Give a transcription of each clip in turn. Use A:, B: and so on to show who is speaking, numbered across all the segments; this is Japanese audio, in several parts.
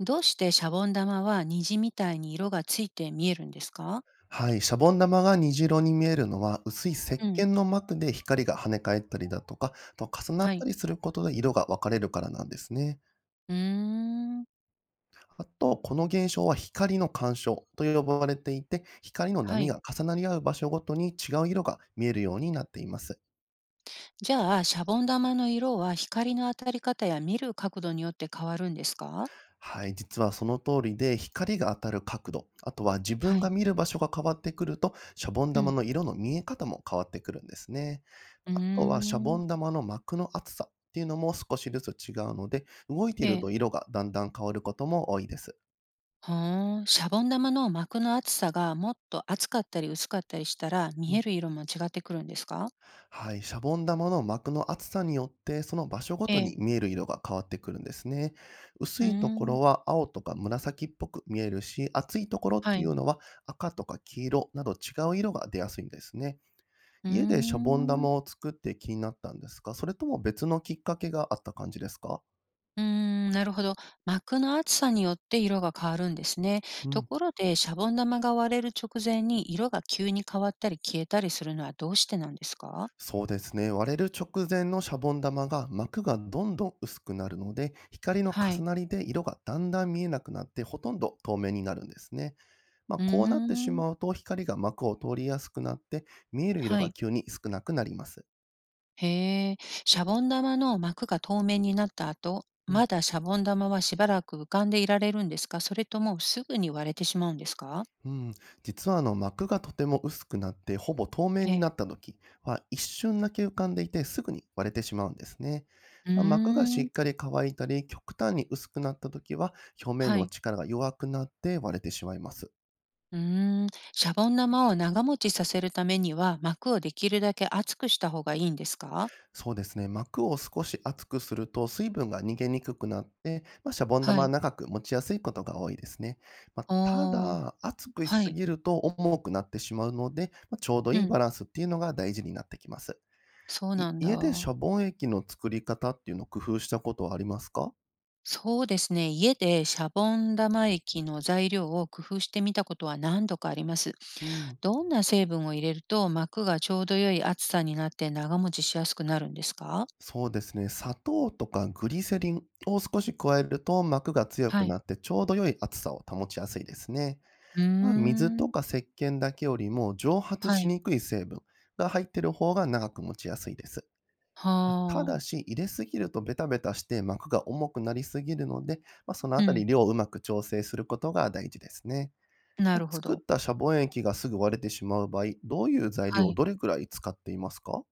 A: どうしてシャボン玉は虹みたいに色がついて見えるんですか？
B: はい、シャボン玉が虹色に見えるのは、薄い石
A: うん。
B: 鹸の膜で光が跳ね返ったりだとか、あと重な
A: は
B: った
A: い。
B: りすることで色が分かれるからなんですね。
A: うーん。
B: あと、この現象は光の干渉と呼ばれていて、光の
A: は
B: 波
A: い。
B: が重なり合う場所ごとに違う色が見えるようになっています。
A: じゃあ、シャボン玉の色は光の当たり方や見る角度によって変わるんですか？
B: はい、実はその通りで、光が当たる角度、あとは自分
A: は
B: が
A: い。
B: 見る場所が変わってくると、シャボン
A: う
B: 玉
A: ん。
B: の色の見え方も変わってくるんですね。
A: うー
B: あとはシャボ
A: ん。
B: ン玉の膜の厚さっていうのも少しずつ違うので、動いてい
A: え
B: る
A: え。
B: と色がだんだん変わることも多いです。
A: はあ、シャボン玉の膜の厚さがもっと厚かったり薄かったりしたら
B: う
A: 見
B: ん。
A: える色も違ってくるんですか？
B: はい、シャボン玉の膜の厚さによってその場所ご
A: え
B: とに見
A: え。
B: える色が変わってくるんですね。薄
A: うー
B: いところ
A: ん。
B: は青とか紫っぽく見えるし、厚いところっ
A: は
B: てい
A: い。
B: うのは赤とか黄色など違う色が出やすいんですね。
A: うー
B: 家でシャボン
A: ん。
B: 玉を作って気になったんですか？それとも別のきっかけがあった感じですか？
A: うーん、なるほど。膜の厚さによって色が変わるんですね。
B: う
A: と
B: ん、
A: ころで、シャボン玉が割れる直前に色が急に変わったり消えたりするのはどうしてなんですか？
B: そうですね。割れる直前のシャボン玉が膜がどんどん薄くなるので、光の
A: は
B: 重
A: い。
B: なりで色がだんだん見えなくなってほとんど透明になるんですね。まあ、
A: うー
B: こうなってし
A: ん。
B: まうと光が膜を通りやすくなって見える色
A: は
B: が
A: い。
B: 急に少なくなります。
A: へえ。シャボン玉の膜が透明になった後、
B: うん、
A: まだシャボン玉はしばらく浮かんでいられるんですか？それともすぐに割れてしまうんですか？
B: うん、実はあの膜がとても薄くなってほぼ透明
A: え
B: に
A: え。
B: なった時は一瞬だけ浮かんでいてすぐに割れてしまうんですね。
A: うー
B: まあ、膜がし
A: ん。
B: っかり乾いたり極端に薄くなった時は表面
A: は
B: の
A: い。
B: 力が弱くなって割れてしまいます。
A: うーん、シャボン玉を長持ちさせるためには、膜をできるだけ厚くした方がいいんですか？
B: そうですね。膜を少し厚くすると水分が逃げにくくなって、まあ、シャボン玉
A: は
B: は
A: い。
B: 長く持ちやすいことが多いですね。まあ、た
A: おー、
B: だ、厚くし
A: は
B: す
A: い。
B: ぎると重くなってしまうので、まあ、ちょうど
A: う
B: いい
A: ん。
B: バランスっていうのが大事になってきます。
A: そう
B: い
A: なん
B: 家で
A: だ。
B: シャボン液の作り方っていうのを工夫したことはありますか？
A: そうですね。家でシャボン玉液の材料を工夫してみたことは何度かあります。
B: うん。
A: どんな成分を入れると膜がちょうど良い厚さになって長持ちしやすくなるんですか？
B: そうですね。砂糖とかグリセリンを少し加えると膜が強く
A: はい。
B: なってちょうど良い厚さを保ちやすいですね。
A: うー
B: まあ、水と
A: ん。
B: か石鹸だけよりも蒸発
A: は
B: し
A: い。
B: にくい成分が入ってる方が長く持ちやすいです。
A: は
B: まあただ
A: あ。
B: し、入れすぎるとベタベタして膜が重くなりすぎるので、まあ、その
A: う
B: あた
A: ん。
B: り量をうまく調整することが大事ですね。
A: な
B: まあ
A: るほ
B: 作っ
A: ど。
B: たシャボン液がすぐ割れてしまう場合、どういう材
A: は
B: 料を
A: い。
B: どれくらい使っていますか？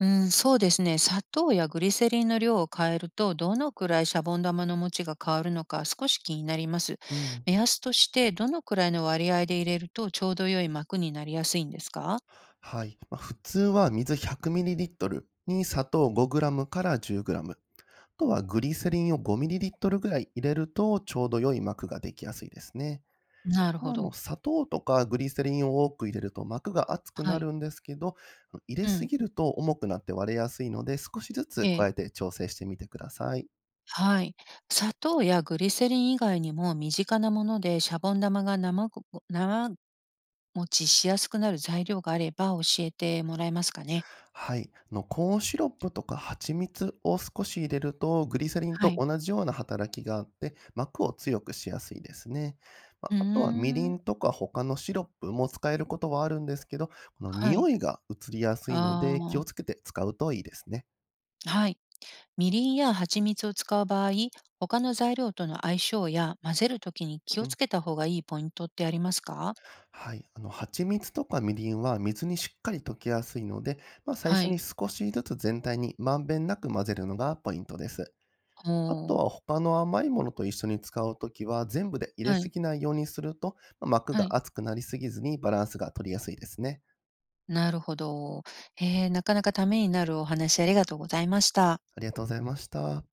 A: うん、そうですね。砂糖やグリセリンの量を変えると、どのくらいシャボン玉の持ちが変わるのか少し気になります。
B: うん。
A: 目安として、どのくらいの割合で入れるとちょうど良い膜になりやすいんですか？
B: はい。まあ普通は水 100ml に砂糖 5g から 10g。とはグリセリンを5ミリリットルぐらい入れると、ちょうど良い膜ができやすいですね。
A: なるほ
B: あの、
A: ど。
B: 砂糖とかグリセリンを多く入れると膜が厚く
A: は
B: な
A: い。
B: るんですけど、入れ
A: う
B: す
A: ん。
B: ぎると重くなって割れやすいので、少しずつ
A: ええ。
B: 加えて調整してみてください。
A: はい。砂糖やグリセリン以外にも身近なものでシャボン玉が生ご生持ちしやすくなる材料があれば教えてもらえますかね。
B: はい。あのコーンシロップとか蜂蜜を少し入れると、グリセリン
A: は
B: と
A: い。
B: 同じような働きがあって、膜を強くしやすいですね。ま
A: うー
B: あ、あとはみり
A: ん。
B: んとか他のシロップも使えることはあるんですけど、この
A: は
B: 匂
A: い。
B: いが移りやすいの
A: あ
B: で気をつ
A: あ。
B: けて使うといいですね。
A: はい。みりんや蜂蜜を使う場合、他の材料との相性や混ぜるときに気
B: う
A: を
B: ん。
A: つけた方がいいポイントってありますか？
B: はい。あの、蜂蜜とかみりんは水にしっかり溶けやすいので、まあ、最
A: は
B: 初に
A: い。
B: 少しずつ全体にまんべんなく混ぜるのがポイントです。あと
A: お
B: は
A: ー。
B: 他の甘いものと一緒に使うときは、全部で入れ
A: は
B: す
A: い。
B: ぎないようにすると、ま、膜
A: は
B: が
A: い。
B: 厚くなりすぎずにバランスが取りやすいですね。
A: なるほど。なかなかためになるお話ありがとうございました。
B: ありがとうございました。